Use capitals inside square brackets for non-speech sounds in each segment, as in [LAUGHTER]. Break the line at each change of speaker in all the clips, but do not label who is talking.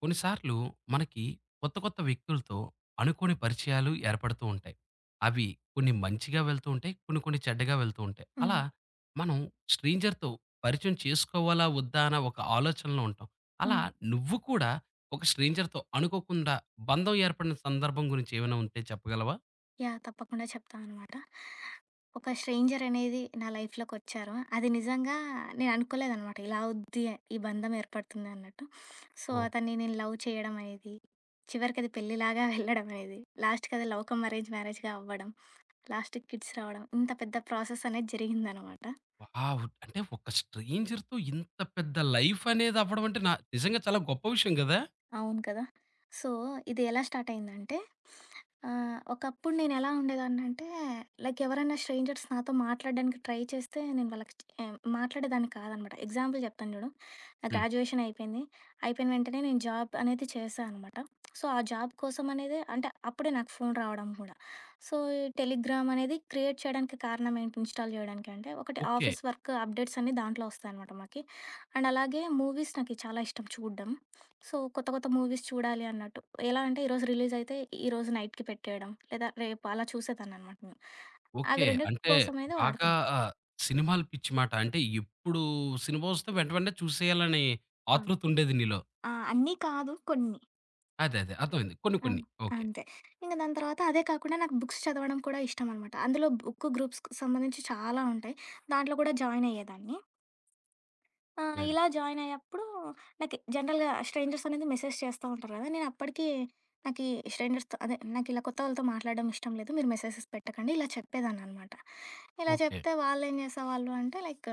కొన్నిసార్లు మనకి కొత్త కొత్త వ్యక్తులతో అనుకోని పరిచయాలు ఏర్పడుతూ ఉంటాయి. అవి కొన్ని మంచిగా వెళ్తూ ఉంటాయి. కొన్ని కొన్ని చెడ్డగా వెళ్తూ ఉంటాయి. అలా
హ్మ్.
మనం స్ట్రేంజర్‌తో పరిచయం చేసుకోవాలా? వద్దా? అన్న ఒక ఆలోచనలో ఉంటాం. అలా
హ్మ్.
నువ్వు కూడా ఒక స్ట్రేంజర్‌తో అనుకోకుండా బంధం ఏర్పడిన సందర్భం గురించి ఏమైనా ఉంటే చెప్పగలవా?
యాహ్! తప్పకుండా చెప్తా అనమాట. ఒక స్ట్రేంజర్ అనేది నా లైఫ్‌లోకొచ్చారు. అది నిజంగా నేను అనుకోలేదనమాట. ఇలా అవుద్ది, ఈ బంధం ఏర్పడుతుంది అన్నట్టు. So,
oh!
అతన్ని నేను లవ్ చేయడం అనేది, చివరికది పెళ్ళిలాగా వెళ్ళడం అనేది, లాస్ట్‌కది లవ్ కమ్ అరేంజ్ మ్యారేజ్‌గా అవ్వడం, లాస్ట్‌కి కిడ్స్ రావడం, ఇంత పెద్ద ప్రాసెస్ అనేది జరిగిందనమాట.
వావ్! అంటే ఒక స్ట్రేంజర్‌తో ఇంత పెద్ద లైఫ్ అనేది అవ్వడం అంటే నా నిజంగా చాలా గొప్ప విషయం గదా!
అవును కదా! సో, ఇది ఎలా స్టార్ట్ అయిందంటే, ఒకప్పుడు నేను ఎలా ఉండేదాన్నంటే, లైక్ ఎవరైనా స్ట్రేంజర్స్ నాతో మాట్లాడడానికి ట్రై చేస్తే, నేను వాళ్ళకి మాట్లాడేదాన్ని కాదనమాట. ఎగ్జాంపుల్ చెప్తాను చూడు. నా
హ్మ్.
గ్రాడ్యుయేషన్ అయిపోయింది. అయిపోయిన వెంటనే నేను జాబ్ అనేది చేశా అనమాట. సో, ఆ జాబ్ కోసం అనేది అంటే, అప్పుడే నాకు ఫోను రావడం కూడా. సో, ఈ టెలిగ్రామ్ అనేది క్రియేట్ చేయడానికి కారణం ఏంటి, ఇన్‌స్టాల్ చేయడానికి అంటే, ఒకటి
ఓకే.
ఆఫీస్ వర్క్ అప్డేట్స్ అన్నీ దాంట్లో వస్తాయనమాట మాకి. అండ్ అలాగే మూవీస్ నాకు చాలా ఇష్టం చూడడం. సో, కొత్త కొత్త మూవీస్ చూడాలి అన్నట్టు. ఎలా అంటే ఈరోజు రిలీజ్ అయితే ఈరోజు నైట్‌కి పెట్టేయడం. లేదా రేపు అలా చూసేదాన్ననమాట నేను. అవి
ఓకే.
2
అంటే
కోసమనేది
బాగా
వాడుతున్నా.
ఆహ్, సినిమాలు పిచ్చి మాట. అంటే ఎప్పుడు సినిమా వస్తే వెంట వెంటనే చూసేయాలని
ఆ!
ఆతృత ఉండేది నీలో.
ఆ! అన్నీ కాదు కొన్ని.
అదే అదే. అర్థమైంది. కొన్ని
ఆ!
కొన్ని. ఓకే.
అంతే. ఇంక దాని తర్వాత అదే కాకుండా నాకు బుక్స్ చదవడం కూడా ఇష్టమనమాట. అందులో బుక్ గ్రూప్స్‌కి సంబంధించి చాలా ఉంటాయి. దాంట్లో కూడా జాయిన్ అయ్యేదాన్ని. ఆ!
వెరీ
ఇలా జాయిన్ అయ్యేప్పుడు నాకు జనరల్‌గా స్ట్రేంజర్స్ అనేది మెసేజ్ చేస్తా ఉంటారు కదా! నేను అప్పటికి నాకీ స్ట్రేంజర్స్‌తో అదే నాకిలా కొత్త వాళ్ళతో మాట్లాడడం ఇష్టం లేదు. మీరు మెసేజెస్ పెట్టకండి ఇలా చెప్పేదాన్ననమాట. ఇలా
ఓకే.
చెప్తే వాళ్ళేం చేసేవాళ్ళు అంటే లైక్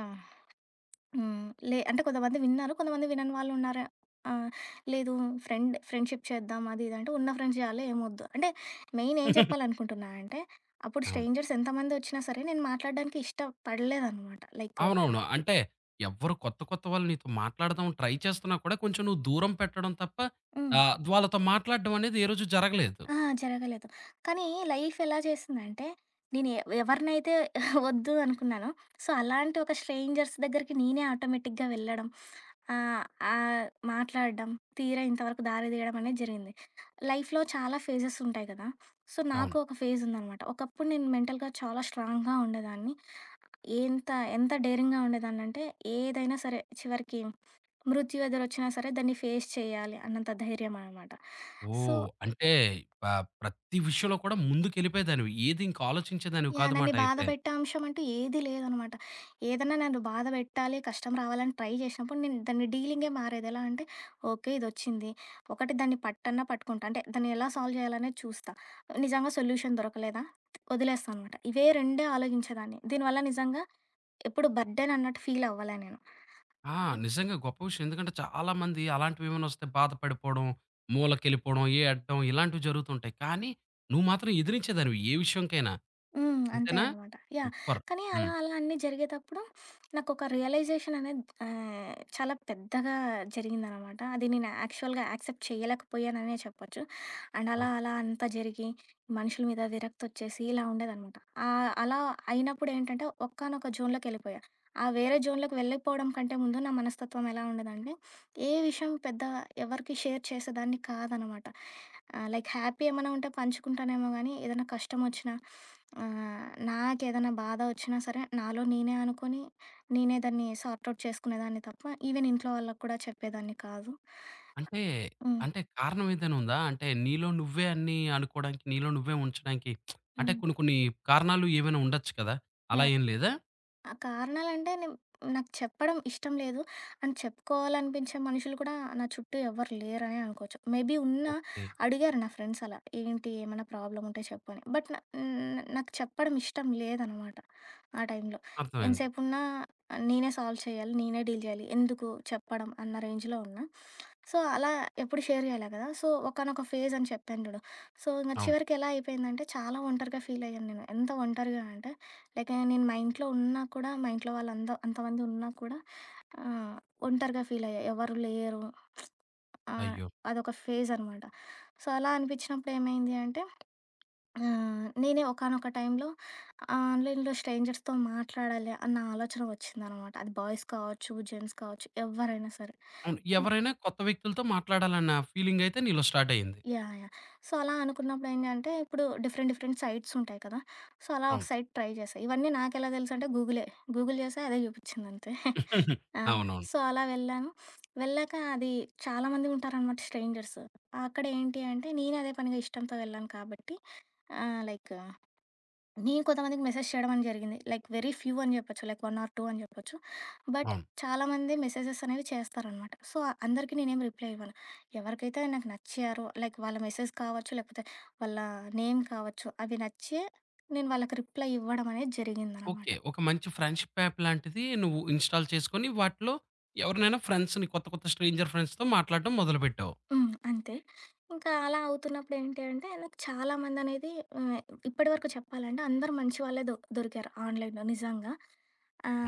హ్మ్. లే అంటే కొంతమంది విన్నారు. కొంతమంది వినని వాళ్ళు ఉన్నారు. ఆహ్, లేదు ఫ్రెండ్ ఫ్రెండ్‌షిప్ చేద్దాం అది ఇది అంటే ఉన్న ఫ్రెండ్స్ చాలు ఏమొద్దు. అంటే మెయిన్ ఏం
[LAUGHS]
చెప్పాలనుకుంటున్నా అంటే అప్పుడు
అవును.
స్ట్రేంజర్స్ ఎంతమంది వచ్చినా సరే నేను మాట్లాడడానికి ఇష్టపడలేదనమాట. లైక్ అవునా?
అవునవును. అంటే ఎవ్వరు కొత్త కొత్త వాళ్ళు నీతో మాట్లాడదాం ట్రై చేస్తున్నా కూడా కొంచెం నువ్వు దూరం పెట్టడం తప్ప
హ్మ్.
వాళ్ళతో మాట్లాడడం అనేది ఏ రోజు జరగలేదు.
ఆ! జరగలేదు. కానీ లైఫ్ ఎలా చేసిందంటే, నేను ఎవరినైతే [LAUGHS] వద్దు అనుకున్నానో, సో, అలాంటి ఒక స్ట్రేంజర్స్ దగ్గరికి నేనే ఆటోమేటిక్‌గా వెళ్ళడం, ఆహ్, ఆహ్, మాట్లాడడం, తీరా ఇంతవరకు దారి తీయడం అనేది జరిగింది. లైఫ్‌లో చాలా ఫేజెస్ ఉంటాయి కదా! సో,
అవును.
నాకు ఒక ఫేజ్ ఉందనమాట. ఒకప్పుడు నేను మెంటల్‌గా చాలా స్ట్రాంగ్‌గా ఉండేదాన్ని. ఎంత, ఎంత డేరింగ్‌గా ఉండేదాన్నంటే, ఏదైనా సరే చివరికి మృత్యు ఎదురొచ్చినా సరే దాన్ని ఫేస్ చేయాలి అన్నంత ధైర్యం అనమాట. So
oh! అంటే ప ప్రతి విషయంలో కూడా ముందుకెళ్ళిపోయేదానివి. ఏది ఇంక ఆలోచించేదానివి
యాహ్!
కాదు
నన్ను
మాట అయితే.
బాధపెట్టే అంశం అంటూ ఏది లేదనమాట. ఏదన్నా నన్ను బాధ పెట్టాలి, కష్టం రావాలని ట్రై చేసినప్పుడు నేను దాన్ని డీలింగే మారేది. ఎలా అంటే ఓకే. ఇదొచ్చింది. ఒకటి దాన్ని పట్టన్నా పట్టుకుంటా. అంటే దాన్ని ఎలా సాల్వ్ చేయాలనేది చూస్తా. నిజంగా సొల్యూషన్ దొరకలేదా? వదిలేస్తా అనమాట. ఇవే 2 ఆలోచించేదాన్ని. దీనివల్ల నిజంగా ఎప్పుడు బర్డెన్ అన్నట్టు ఫీల్ అవ్వలే నేను.
ఆ! నిజంగా గొప్ప విషయం. ఎందుకంటే చాలామంది అలాంటివేమైనా వస్తే బాధపడిపోవడం, మూలకెళ్ళిపోవడం, ఏ అడ్డం ఇలాంటివి జరుగుతుంటాయి. కానీ నువ్వు మాత్రం ఎదిరించేదానివి ఏ విషయంకైనా.
హ్మ్. అంతే
అంతేనా?
అనమాట. యాహ్!
సూపర్.
కానీ అలా
హ్మ్.
అలా అన్నీ జరిగేతప్పుడు నాకొక రియలైజేషన్ అనేది చాలా పెద్దగా జరిగిందనమాట. అది నేను యాక్చువల్‌గా యాక్సెప్ట్ చేయలేకపోయాననే చెప్పొచ్చు. అండ్ అలా
అవును.
అలా అంతా జరిగి మనుషుల మీద విరక్తొచ్చేసి ఇలా ఉండేదనమాట. అలా అయినప్పుడేంటంటే ఒకానొక జోన్‌లోకెళ్ళిపోయా. ఆ వేరే జోన్‌లోకి వెళ్ళిపోవడం కంటే ముందు నా మనస్తత్వం ఎలా ఉండేదంటే ఏ విషయం పెద్ద ఎవరికీ షేర్ చేసేదాన్ని కాదనమాట. లైక్ హ్యాపీ ఏమైనా ఉంటే పంచుకుంటానేమో గానీ, ఏదైనా కష్టం వచ్చినా, నాకేదైనా బాధ వచ్చినా సరే, నాలో నేనే అనుకోని, నేనే దాన్ని సార్ట్ ఔట్ చేసుకునేదాన్ని తప్ప, ఈవెన్ ఇంట్లో వాళ్ళకి కూడా చెప్పేదాన్ని కాదు.
అంటే,
హ్మ్.
అంటే కారణం ఏదైనా ఉందా? అంటే నీలో నువ్వే అన్నీ అనుకోవడానికి, నీలో నువ్వే ఉంచడానికి అంటే
హ్మ్.
కొన్ని కొన్ని కారణాలు ఏవైనా ఉండొచ్చు కదా! అలా
యాహ్!
ఏం లేదా?
ఆ కారణాలంటే నేను నాకు చెప్పడం ఇష్టం లేదు. అండ్ చెప్పుకోవాలనిపించే మనుషులు కూడా నా చుట్టూ ఎవ్వరు లేరనే అనుకోవచ్చు. మేబీ ఉన్నా
ఓకే.
అడిగారు నా ఫ్రెండ్స్ అలా. "ఏంటి ఏమైనా ప్రాబ్లమ్ ఉంటే చెప్పు" అని. బట్ న న్ నాకు చెప్పడం ఇష్టం లేదనమాట ఆ టైంలో.
అర్థమైంది.
ఎంతసేపున్నా నేనే సాల్వ్ చేయాలి, నేనే డీల్ చేయాలి. ఎందుకు చెప్పడం అన్న రేంజ్‌లో ఉన్నా. సో, అలా ఎప్పుడు షేర్ చేయలే కదా! సో, ఒకానొక ఫేజ్ అని చెప్పాను చూడు. సో, ఇంక
అవును.
చివరికి ఎలా అయిపోయిందంటే చాలా ఒంటరిగా ఫీల్ అయ్యాను నేను. ఎంత ఒంటరిగా అంటే లైక్ నేను మా ఇంట్లో ఉన్నా కూడా మా ఇంట్లో అంతమంది ఉన్నా కూడా ఆ, ఒంటరిగా ఫీల్ అయ్యా ఎవరు లేరు ఆ,
అయ్యో!
అదొక ఫేజ్ అనమాట సో అలా అనిపించినప్పుడు ఏమైంది అంటే ఆ, నేనే ఒకానొక టైంలో ఆన్లైన్లో స్ట్రేంజర్స్తో మాట్లాడాలి అన్న ఆలోచన వచ్చింది అనమాట అది బాయ్స్ కావచ్చు జెంట్స్ కావచ్చు ఎవరైనా సరే
అవును. ఎవరైనా కొత్త వ్యక్తులతో మాట్లాడాలన్న ఫీలింగయితే నీలో స్టార్ట్ అయింది.
యాహ్! యాహ్! సో, అలా అనుకున్నప్పుడు ఏంటంటే, ఇప్పుడు డిఫరెంట్ డిఫరెంట్ సైట్స్ ఉంటాయి కదా! సో, అలా ఒక
అవును.
సైట్ ట్రై చేశా. ఇవన్నీ నాకెలా తెలుసంటే గూగులే. గూగుల్ చేశా అదే చూపించిందంతే.
[LAUGHS]
ఆ!
అవునవును.
సో, అలా వెళ్ళాను. వెళ్ళాక అది చాలామంది ఉంటారనమాట స్ట్రేంజర్స్. అక్కడ ఏంటి అంటే, నేను అదే పనిగా ఇష్టంతో వెళ్ళాను కాబట్టి లైక్ నేను కొంతమందికి మెసేజ్ చేయడం అని జరిగింది. లైక్ వెరీ ఫ్యూ అని జెప్పొచ్చు. లైక్ 1 ఆర్ 2 అని జెప్పొచ్చు. బట్
అవును.
చాలామంది మెసేజెస్ అనేవి చేస్తారనమాట. సో, అందరికి నేనేం రిప్లై ఇవ్వను. ఎవరికైతే నాకు నచ్చారో లైక్ వాళ్ళ మెసేజ్ కావచ్చు, లేకపోతే వాళ్ళ నేమ్ కావచ్చు, అవి నచ్చి నేను వాళ్ళకి రిప్లై ఇవ్వడం అనేది జరిగిందనమాట.
ఓకే. ఒక మంచి ఫ్రెండ్‌షిప్ యాప్ లాంటిది నువ్వు ఇన్‌స్టాల్ చేసుకొని, వాటిలో ఎవరినైనా ఫ్రెండ్స్‌ని కొత్త, కొత్త స్ట్రేంజర్ ఫ్రెండ్స్‌తో మాట్లాడడం మొదలుపెట్టావు.
హ్మ్. అంతే. ఇంకా అలా అవుతున్నప్పుడు ఏంటి అంటే, నాకు చాలామంది అనేది ఆహ్, ఇప్పటివరకు చెప్పాలంటే అందరూ మంచి వాళ్ళే దొరికారు ఆన్‌లైన్‌లో నిజంగా.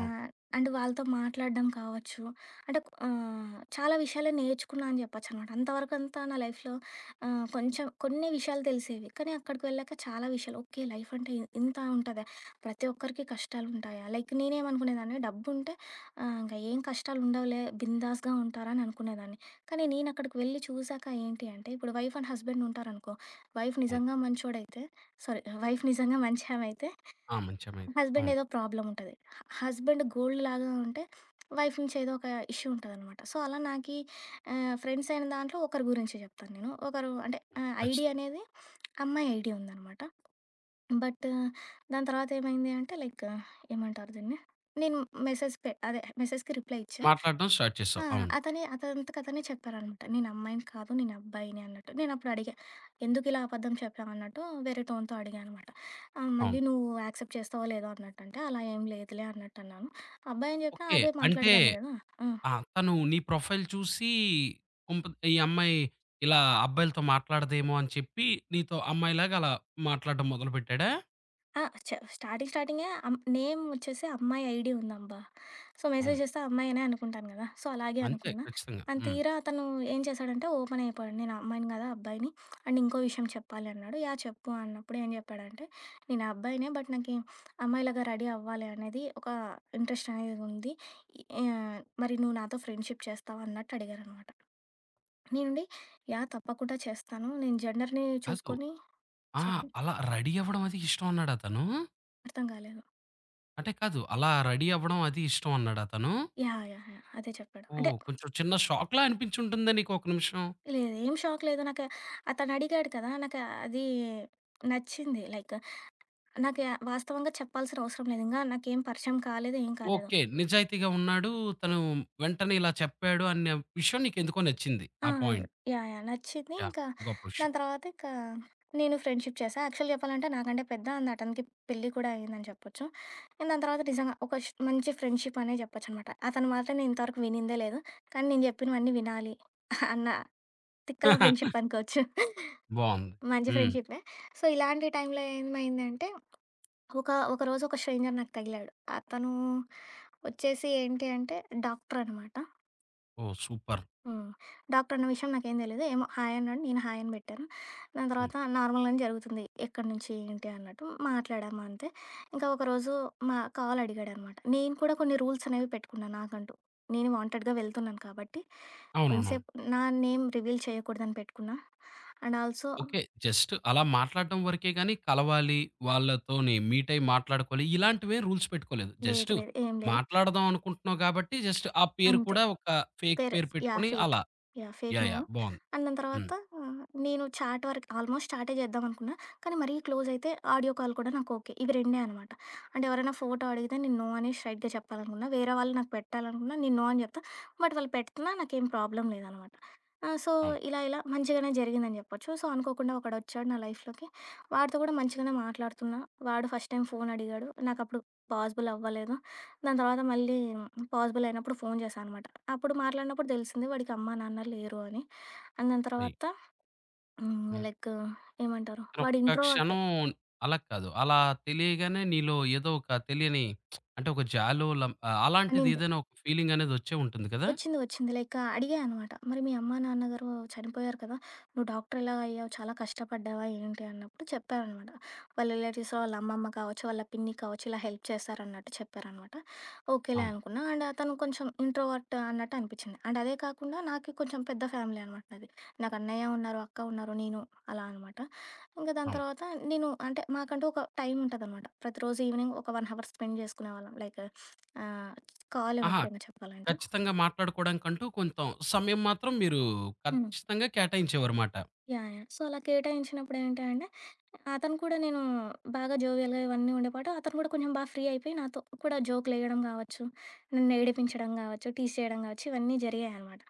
అవును.
అండ్ వాళ్ళతో మాట్లాడడం కావచ్చు, అంటే చాలా విషయాలే నేర్చుకున్నా అని చెప్పొచ్చనమాట. అంతవరకంతా నా లైఫ్‌లో కొంచెం కొన్ని విషయాలు తెలిసేవి. కానీ అక్కడికి వెళ్ళాక చాలా విషయాలు, ఓకే. లైఫ్ అంటే ఇంత ఉంటదా? ప్రతి ఒక్కరికి కష్టాలుంటాయా? లైక్ నేనేమనుకునేదాన్ని డబ్బుంటే ఇంక ఏం కష్టాలుండవులే బిందాస్‌గా ఉంటారని అనుకునేదాన్ని. కానీ నేనక్కడికి వెళ్ళి చూసాక ఏంటి అంటే, ఇప్పుడు వైఫ్ అండ్ హస్బెండ్ ఉంటారనుకో, వైఫ్
అవును.
నిజంగా మంచోడైతే సారీ వైఫ్ నిజంగా మంచి ఆమె అయితే,
ఆ! మంచి అమ్మాయి.
హస్బెండ్
అవును.
ఏదో ప్రాబ్లమ్ ఉంటది. హస్బెండ్ గోల్డ్ లాగా ఉంటే, వైఫ్ నుంచి ఏదో ఒక ఇష్యూ ఉంటదనమాట. సో, అలా నాకీ ఫ్రెండ్స్ అయిన దాంట్లో ఒకరి గురించి చెప్తాను నేను. ఒకరు అంటే ఐడీ
ఖచ్చితంగా.
అనేది అమ్మాయి ఐడీ ఉందనమాట. బట్ దాని తర్వాతేమైంది అంటే లైక్ ఏమంటారు దీన్ని? నేను మెసేజ్ పె అదే మెసేజ్‌కి రిప్లై ఇచ్చా.
మాట్లాడడం స్టార్ట్
ఆ!
చేసావు. అవును.
అతనే అతనంతట అతనే చెప్పారనమాట. "నేను అమ్మాయిని కాదు, నేను అబ్బాయిని" అన్నట్టు. నేనప్పుడు అడిగా, "ఎందుకిలా అబద్ధం చెప్పావన్నట్టు" వేరే టోన్‌తో అడిగా అనమాట.
అవును.
మళ్ళీ "నువ్వు యాక్సెప్ట్ చేస్తావో లేదో" అన్నట్టంటే, "అలా ఏం లేదులే" అన్నట్టన్నాను. అబ్బాయి అని చెప్పినా
ఓకే.
అదే
అంటే
మాట్లాడేదాన్ని కదా! ఆ!
ఆ! తను నీ ప్రొఫైల్ చూసి కొంప ఈ అమ్మాయి ఇలా అబ్బాయిలతో మాట్లాడదేమో అని చెప్పి, నీతో అమ్మాయిలాగా అలా మాట్లాడడం మొదలుపెట్టాడా?
ఆ! చ స్టార్టింగే నేమ్ వచ్చేసి అమ్మాయి ఐడీ ఉందబ్బా. సో,
అవును.
మెసేజ్ చేస్తే ఆ అమ్మాయి అనే అనుకుంటాను గదా! సో, అలాగే
అంతే
అనుకున్నా.
ఖచ్చితంగా.
అండ్
హ్మ్.
తీరా అతను ఏం చేశాడంటే ఓపెన్ అయిపోయాడు. నేను అమ్మాయిని గాదు, అబ్బాయిని అండ్ ఇంకో విషయం చెప్పాలి అన్నాడు. యాహ్! చెప్పు అన్నప్పుడు ఏం చెప్పాడంటే, నేను అబ్బాయినే బట్ నాకి అమ్మాయిలాగా రెడీ అవ్వాలి అనేది ఒక ఇంట్రెస్ట్ అనేది ఉంది. ఆహ్, మరి నువ్వు నాతో ఫ్రెండ్‌షిప్ చేస్తావా అన్నట్టు అడిగారనమాట. నేనుండి యాహ్! తప్పకుండా చేస్తాను. నేను జెండర్‌ని
కాదు.
చూసుకొని
ఆ!
చెప్పు
అలా రెడీ అవ్వడం అది ఇష్టం అన్నాడా తను?
అర్థం కాలేదు.
అంటే కాదు. అలా రెడీ అవ్వడం అది ఇష్టం అన్నాడా తను?
యాహ్! యాహ్! యాహ్! అదే చెప్పాడు. అంటే
ఓహ్! కొంచెం చిన్న షాక్‌లా అనిపించి ఉంటుందా నీకు ఒక నిమిషం?
లేదు. ఏం షాక్ లేదు. నాకు అతనడిగాడు కదా! నాకు అది నచ్చింది. లైక్ నాకు వాస్తవంగా చెప్పాల్సిన అవసరం లేదు. ఇంగా నాకేం పరిచయం కాలేదు. ఏం కాలేదు.
ఓకే. నిజాయితీగా ఉన్నాడు. తను వెంటనే ఇలా చెప్పాడు అనే విషయం నీకెందుకో నచ్చింది.
ఆ!
ఆ పాయింట్.
యాహ్! యాహ్! నచ్చింది.
యాహ్!
ఇంకా
గొప్ప విషయం.
దాని తర్వాత ఇంకా నేను ఫ్రెండ్‌షిప్ చేశా. యాక్చువల్‌గా చెప్పాలంటే నాకంటే పెద్ద అండ్ అతనికి పెళ్లి కూడా అయిందని చెప్పొచ్చు. అండ్ దాని తర్వాత నిజంగా ఒక మంచి ఫ్రెండ్‌షిప్ అనే చెప్పొచ్చనమాట. అతని మాట నేను ఇంతవరకు వినిందే లేదు. కానీ నేను చెప్పినవన్నీ వినాలి అన్న తిక్కల ఫ్రెండ్‌షిప్
[LAUGHS]
అనుకోవచ్చు.
బావుంది.
మంచి
హ్మ్.
ఫ్రెండ్‌షిప్పే. సో, ఇలాంటి టైంలో ఏమైందంటే ఒకరోజు ఒక స్ట్రేంజర్ నాకు తగిలాడు. అతను వచ్చేసి ఏంటి అంటే డాక్టర్ అనమాట.
ఓహ్! సూపర్.
హ్మ్. డాక్టర్ అన్న విషయం నాకేం తెలీదు. ఏమో హాయ్ అన్నాడు. నేను హాయ్ అని పెట్టాను. దాని
హ్మ్.
తర్వాత నార్మల్‌గానే జరుగుతుంది. ఎక్కడి నుంచి ఏంటి అన్నట్టు మాట్లాడాము అంతే. ఇంకా ఒకరోజు మా కాల్ అడిగాడనమాట. నేను కూడా కొన్ని రూల్స్ అనేవి పెట్టుకున్నాను నాకంటూ. నేను వాంటెడ్‌గా వెళ్తున్నాను కాబట్టి
అవునవునవును.
ఎంసేపు నా నేమ్ రివీల్ చేయకూడదని పెట్టుకున్నా. And also
okay. జస్ట్ అలా మాట్లాడడం వరకే గాని, కలవాలి, వాళ్ళతోని మీట్ అయ్యి మాట్లాడుకోవాలి ఇలాంటివేం రూల్స్ పెట్టుకోలేదు. జస్ట్
లేదు లేదు. ఏం లేదు.
మాట్లాడదాం అనుకుంటున్నావు కాబట్టి జస్ట్ ఆ పేరు
అంతే.
కూడా ఒక ఫేక్
పేర్
పేరు
యాహ్!
పెట్టుకొని
ఫేక్.
అలా.
యాహ్! Fake
yeah!
మేము.
యాహ్! బావుంది.
అండ్ దాని
హ్మ్.
తర్వాత ఆ, నేను చాట్ వరకు ఆల్మోస్ట్ చాటే చేద్దామనుకున్నా. కానీ మరీ క్లోజ్ అయితే ఆడియో కాల్ కూడా నాకు ఓకే. ఇవి రెండే అనమాట. అంటే ఎవరైనా ఫోటో అడిగితే నేను నో అని స్ట్రెయిట్‌గా చెప్పాలనుకున్నా. వేరే వాళ్ళు నాకు పెట్టాలనుకున్నా నేను నో అని చెప్తా. బట్ వాళ్ళు పెట్టినా నాకేం ప్రాబ్లమ్ లేదనమాట. ఆ! సో,
అవును.
ఇలా ఇలా మంచిగానే జరిగిందని జెప్పొచ్చు. సో, అనుకోకుండా ఒకడొచ్చాడు నా లైఫ్‌లోకి. వాడితో కూడా మంచిగానే మాట్లాడుతున్నా. వాడు ఫస్ట్ టైమ్ ఫోన్ అడిగాడు. నాకప్పుడు పాసిబుల్ అవ్వలేదు. దాని తర్వాత మళ్ళీ పాసిబుల్ అయినప్పుడు ఫోన్ చేశా అనమాట. అప్పుడు మాట్లాడినప్పుడు తెలిసింది వాడికి అమ్మా, నాన్న లేరు అని. అండ్ దాని
అయి
తర్వాత
హ్మ్.
లైక్ ఏమంటారు
కానీ
వాడు
ఒక్క
ఇంట్రోవర్ట్
క్షణం అలా కాదు. అలా తెలియగానే నీలో ఏదో ఒక తెలియని అంటే ఒక జాలో అలాంటిది
అనింది.
ఏదైనా ఒక ఫీలింగ్ అనేది వచ్చే ఉంటుంది కదా?
వచ్చింది. వచ్చింది. లైక్ అడిగా అనమాట. "మరి మీ అమ్మా, నాన్నగారు చనిపోయారు కదా! నువ్వు డాక్టర్ ఎలా అయ్యావు? చాలా కష్టపడ్డావా ఏంటి?" అన్నప్పుడు చెప్పారనమాట. వాళ్ళ రిలేటివ్స్‌లో వాళ్ళ అమ్మమ్మ కావచ్చు, వాళ్ళ పిన్ని కావచ్చు ఇలా హెల్ప్ చేశారన్నట్టు చెప్పారనమాట. ఓకేలే
అవును.
అనుకున్నా. అండ్ అతను కొంచెం ఇంట్రోవర్ట్ అన్నట్టు అనిపిచ్చింది. అండ్ అదే కాకుండా నాకు కొంచెం పెద్ద ఫ్యామిలీ అనమాట నాది. నాకు అన్నయ్య ఉన్నారు, అక్క ఉన్నారు, నేను అలా అనమాట. ఇంక దాని
అవును.
తర్వాత నేను అంటే మాకంటూ ఒక టైం ఉంటదనమాట. ప్రతిరోజు ఈవినింగ్ ఒక 1 గంట అవర్ స్పెండ్ చేసుకునేవాళ్ళం. లైక్ ఆహ్, కాలే
ఆహా!
ముఖ్యంగా చెప్పాలంటే.
ఖచ్చితంగా మాట్లాడుకోవడానికంటూ కొంత సమయం మాత్రం మీరు
హ్మ్.
ఖచ్చితంగా కేటాయించేవారుమాట.
యాహ్! యాహ్! సో, అలా కేటాయించినప్పుడు ఏంటంటే, అతను కూడా నేను బాగా జోవియల్‌గా ఇవన్నీ ఉండేపాటు, అతను కూడా కొంచెం బాగా ఫ్రీ అయిపోయి నాతో కూడా జోకులేయడం గావచ్చు, నన్ను ఏడిపించడం గావచ్చు, టీజ్ చేయడం గావచ్చు, ఇవన్నీ జరిగాయనమాట.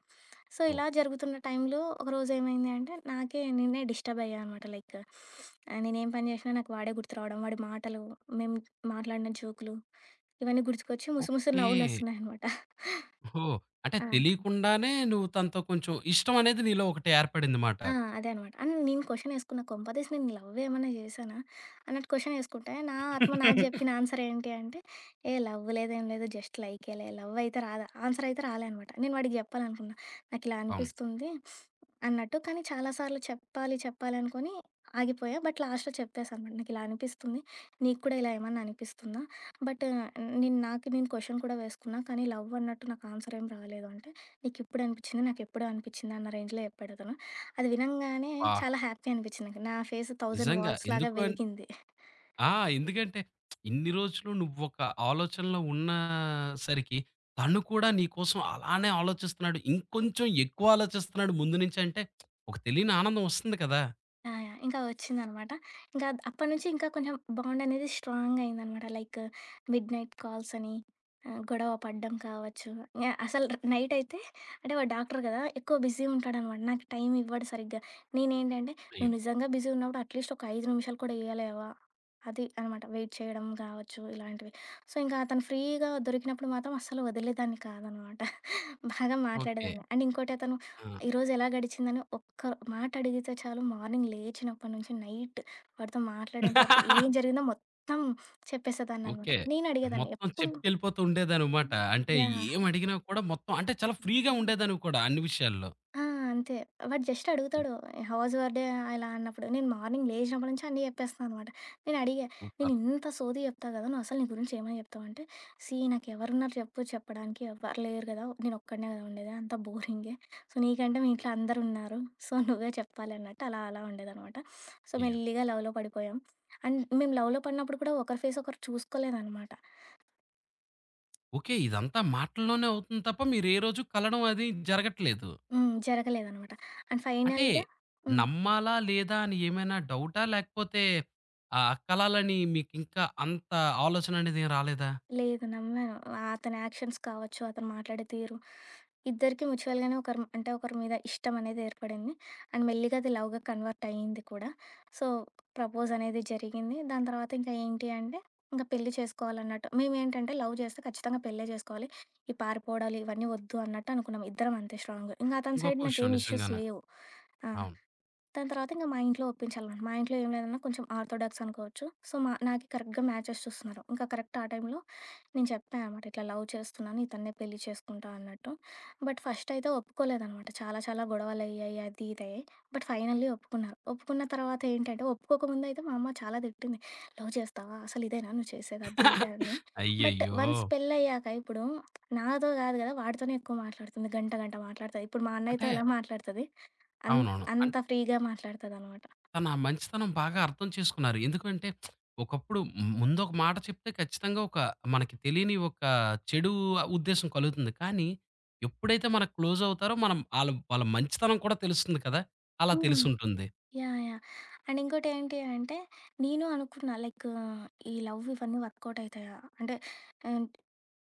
సో,
ఓహ్!
ఇలా జరుగుతున్న టైంలో ఒకరోజు ఏమైంది అంటే, నాకే నేనే డిస్టర్బ్ అయ్యా అనమాట. లైక్ నేనేం పని చేసినా నాకు వాడే గుర్తు రావడం, వాడి మాటలు, మేము మాట్లాడిన జోకులు, ఇవన్నీ గుర్తుకొచ్చి ముసుముసు
ఓకే.
నవ్వులొస్తున్నాయనమాట.
ఓహ్! అంటే
ఆ!
తెలియకుండానే నువ్వు తనతో కొంచెం ఇష్టం అనేది నీలో ఒకటి ఏర్పడిందిమాట.
ఆ! అదే అనమాట. అని నేను క్వెషన్ యేసుకున్నా. కొంపదీసి నేను లవ్ ఏమన్నా జేశానా? అన్నట్టు క్వెషన్ యేసుకుంటే, నా ఆత్మ నాకు జెప్పిన
[LAUGHS]
ఆన్సర్ ఏంటి అంటే, ఏ లవ్ లేదు, ఏం లేదు. జస్ట్ లైకేలే. లవ్ అయితే రాదా ఆన్సర్ అయితే రాలే అనమాట. నేను వాడికి జెప్పాలనుకున్నా. నాకిలా
అవును.
అనిపిస్తుంది అన్నట్టు. కానీ చాలా సార్లు చెప్పాలి అనుకోని ఆగిపోయా. బట్ లాస్ట్‌లో చెప్పేసా అనమాట. నాకిలా అనిపిస్తుంది. నీకు కూడా ఇలా ఏమన్నా అనిపిస్తుందా? బట్ నాకు నేను క్వెషన్ కూడా వేసుకున్నా. కానీ లవ్ అన్నట్టు నాకు ఆన్సర్ ఏం రాలేదు అంటే, నీకిప్పుడు అనిపిచ్చింది, నాకెప్పుడో అనిపిచ్చింది అన్న రేంజ్‌లో జెప్పాడు అతను. అది వినంగానే
ఆ!
చాలా హ్యాపీ అనిపించింది. నాకు నా ఫేస్ 1000
నిజంగా
వాల్స్ లాగా
ఎందుకు
వెలిగింది.
ఆ! ఎందుకంటే ఇన్ని రోజులు నువ్వొక ఆలోచనలో ఉన్నా సరికి, తను కూడా నీ కోసం అలానే ఆలోచిస్తున్నాడు. ఇంకొంచెం ఎక్కువ ఆలోచిస్తున్నాడు ముందు నుంచి అంటే, ఒక తెలియని ఆనందం వస్తుంది కదా!
ఆ! యాహ్! ఇంకా వచ్చిందనమాట. ఇంకా అప్పటినుంచి ఇంకా కొంచెం బాండ్ అనేది స్ట్రాంగ్ అయిందనమాట. లైక్ మిడ్‌నైట్ కాల్స్ అని, గొడవ పడడం కావచ్చు. ఇంగ అసలు నైట్ అయితే అంటే వాడు డాక్టర్ కదా! ఎక్కువ బిజీ ఉంటాడనమాట. నాకు టైం ఇవ్వడు సరిగ్గా. నేనేంటంటే
అయ్యో!
"నువ్వు నిజంగా బిజీ ఉన్నప్పుడు అట్లీస్ట్ ఒక 5 నిమిషాలు కూడా ఇయ్యలేవా?" అది అనమాట. వెయిట్ చేయడం కావచ్చు ఇలాంటివి. సో, ఇంకా అతను ఫ్రీగా దొరికినప్పుడు మాత్రం అస్సలు వదిలేదాన్ని కాదనమాట. బాగా
ఓకే.
మాట్లాడేదాన్ని. అండ్ ఇంకోటి అతను
ఆ!
ఈరోజు ఎలా గడిచిందని ఒక్క మాట అడిగితే చాలు మార్నింగ్ లేచినప్పటి నుంచి నైట్ వాడితో మాట్లాడేంత వరకు ఏం జరిగిందో మొత్తం చెప్పేసేదాన్ని అనమాట.
ఓకే.
నేను అడిగేదాన్ని
మొత్తం
ఎప్పుడు
చెప్పుకెళ్ళిపోతూ ఉండేదనమాట. అంటే
యాహ్!
ఏం అడిగినా కూడా మొత్తం అంటే చాలా ఫ్రీగా ఉండేదానివి కూడా అన్ని విషయాల్లో.
ఆ! అంతే. వాడు జస్ట్
హ్మ్.
అడుగుతాడు, "హౌ వాజ్ యువర్ డే?" ఇలా అన్నప్పుడు, నేను మార్నింగ్ లేచినప్పటి నుంచి అన్నీ చెప్పేస్తాను అనమాట. నేను అడిగా, "నేను
సూపర్.
ఇంత సోది చెప్తా కదా! నువ్వు అసలు నీ గురించి ఏమని చెప్తావు?" అంటే, "సీ నాకు ఎవరున్నారు చెప్పు చెప్పడానికి ఎవ్వరు లేరు కదా! నేను ఒక్కడినే కదా ఉండేది. అంతా బోరింగే. సో, నీకంటే మీ ఇంట్లో అందరూ ఉన్నారు. సో, నువ్వే చెప్పాలి" అన్నట్టు అలా అలా ఉండేదనమాట. సో,
అయ్యో!
మెల్లిగా లవ్‌లో పడిపోయాం. అండ్ మేము లవ్‌లో పడినప్పుడు కూడా ఒకరి ఫేస్ ఒకరు చూసుకోలేదనమాట.
ఓకే. ఇదంతా మాటల్లోనే అవుతుంది తప్ప మీరే రోజు కలవడం అది జరగట్లేదు.
హ్మ్. జరగలేదనమాట. అండ్
అంటే
ఫైనల్‌గా హ్మ్.
నమ్మాలా? లేదా? అని ఏమైనా డౌటా? లేకపోతే ఆ కలాలని మీకింకా అంత ఆలోచన అనేదేం రాలేదా?
లేదు నమ్మాను. అతని యాక్షన్స్ కావచ్చు, అతను మాట్లాడే తీరు. ఇద్దరికీ మ్యూచువల్‌గానే ఒకరు అంటే ఒకరి మీద ఇష్టం అనేది ఏర్పడింది. అండ్ మెల్లిగా అది లవ్‌గా కన్వర్ట్ అయింది కూడా. సో, ప్రపోజ్ అనేది జరిగింది. దాని తర్వాత ఇంకా ఏంటి అంటే, ఇంక పెళ్లి చేసుకోవాలన్నట్టు. మేమేంటంటే లవ్ చేస్తే ఖచ్చితంగా పెళ్ళే చేసుకోవాలి. ఈ పారిపోవడాలు ఇవన్నీ వద్దు అన్నట్టు అనుకున్నాం. ఇద్దరం అంతే స్ట్రాంగ్‌గా. ఇంక అతని
గొప్ప
సైడ్
విషయం
నాకేం ఇష్యూస్
నిజంగానే.
లేవు. ఆ!
అవును.
దాని తర్వాత ఇంక మా ఇంట్లో ఒప్పించాలన్నమాట. మా ఇంట్లో ఏం లేదన్నా కొంచెం ఆర్థోడాక్స్ అనుకోవచ్చు. సో, మా నాకు కరెక్ట్‌గా మ్యాచెస్ చూస్తున్నారు. ఇంకా కరెక్ట్ ఆ టైంలో నేను చెప్పా అనమాట. ఇట్లా లవ్ చేస్తున్నాను. ఇతన్నే పెళ్లి చేసుకుంటా అన్నట్టు. బట్ ఫస్ట్ అయితే ఒప్పుకోలేదనమాట. చాలా చాలా గొడవలయ్యాయి. అది ఇది అయ్యాయి. బట్ ఫైనల్లీ ఒప్పుకున్నారు. ఒప్పుకున్న తర్వాత ఏంటంటే ఒప్పుకోకముందు అయితే మా అమ్మ చాలా తిట్టింది. "లవ్ చేస్తావా? అసలు ఇదేనా నువ్వు చేసేది?" అది ఇది అని. బట్
అయ్యయ్యో!
వన్స్ పెళ్లయ్యాక ఇప్పుడు నాతో కాదు కదా! వాడితోనే ఎక్కువ మాట్లాడుతుంది. గంట గంట మాట్లాడుతది. ఇప్పుడు మా అన్నయ్యతో
అంటే
ఎలా మాట్లాడుతది
అవునవును.
అంత
అంటే
ఫ్రీగా మాట్లాడతదనమాట.
తన మంచితనం బాగా అర్థం చేసుకున్నారు. ఎందుకంటే ఒకప్పుడు ముందొక మాట చెప్తే ఖచ్చితంగా ఒక మనకి తెలియని ఒక చెడు ఉద్దేశ్యం కలుగుతుంది. కానీ ఎప్పుడైతే మనకు క్లోజ్ అవుతారో మనం ఆళ్ళ వాళ్ళ మంచితనం కూడా తెలుస్తుంది కదా! అలా
హ్మ్.
తెలిసుంటుంది.
యాహ్! యాహ్! అండ్ ఇంకోటేంటి అంటే, నేను అనుకున్నా లైక్ ఈ లవ్ ఇవన్నీ వర్కౌట్ అయితాయా? అంటే ఆహ్,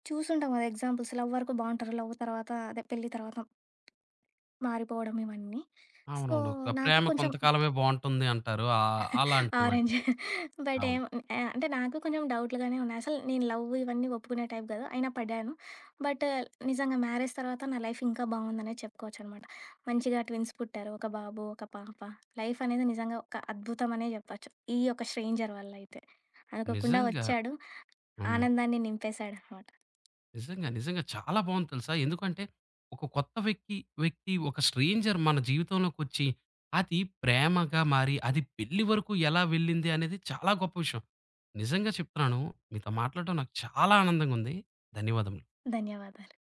చూసుంటాం కదా ఎగ్జాంపుల్స్ లవ్ వరకు బావుంటారు. లవ్ తర్వాత అదే పెళ్లి తర్వాత మారిపోవడం ఇవన్నీ. సో,
అవునవును. ఒక
నాకు
ప్రేమ
కొంచెం
కొంతకాలమే బావుంటుంది అంటారు. అలాంటి
ఆరెంజ్.
వాటిది.
బట్
అవును.
ఏం అంటే నాకు కొంచెం డౌట్‌లుగానే ఉన్నాయి. అసలు నేను లవ్ ఇవన్నీ ఒప్పుకునే టైప్ కాదు. అయినా పడ్డాను. బట్ నిజంగా మ్యారేజ్ తర్వాత నా లైఫ్ ఇంకా బావుందనే చెప్పుకోవచ్చనమాట. మంచిగా ట్విన్స్ పుట్టారు. ఒక బాబు, ఒక పాప. లైఫ్ అనేది నిజంగా ఒక అద్భుతమనే చెప్పొచ్చు. ఈ యొక్క స్ట్రేంజర్ వల్ల అయితే. అనుకోకుండా
నిజంగా.
వచ్చాడు.
హ్మ్.
ఆనందాన్ని నింపేశాడనమాట.
నిజంగా. నిజంగా చాలా బావుంది తెలుసా? ఎందుకంటే ఒక కొత్త వ్యక్తి వ్యక్తి ఒక స్ట్రేంజర్ మన జీవితంలోకొచ్చి అది ప్రేమగా మారి, అది పెళ్లి వరకు ఎలా వెళ్ళింది అనేది చాలా గొప్ప విషయం. నిజంగా చెప్తున్నాను. మీతో మాట్లాడటం నాకు చాలా ఆనందంగా ఉంది. ధన్యవాదములు.
ధన్యవాదాలు.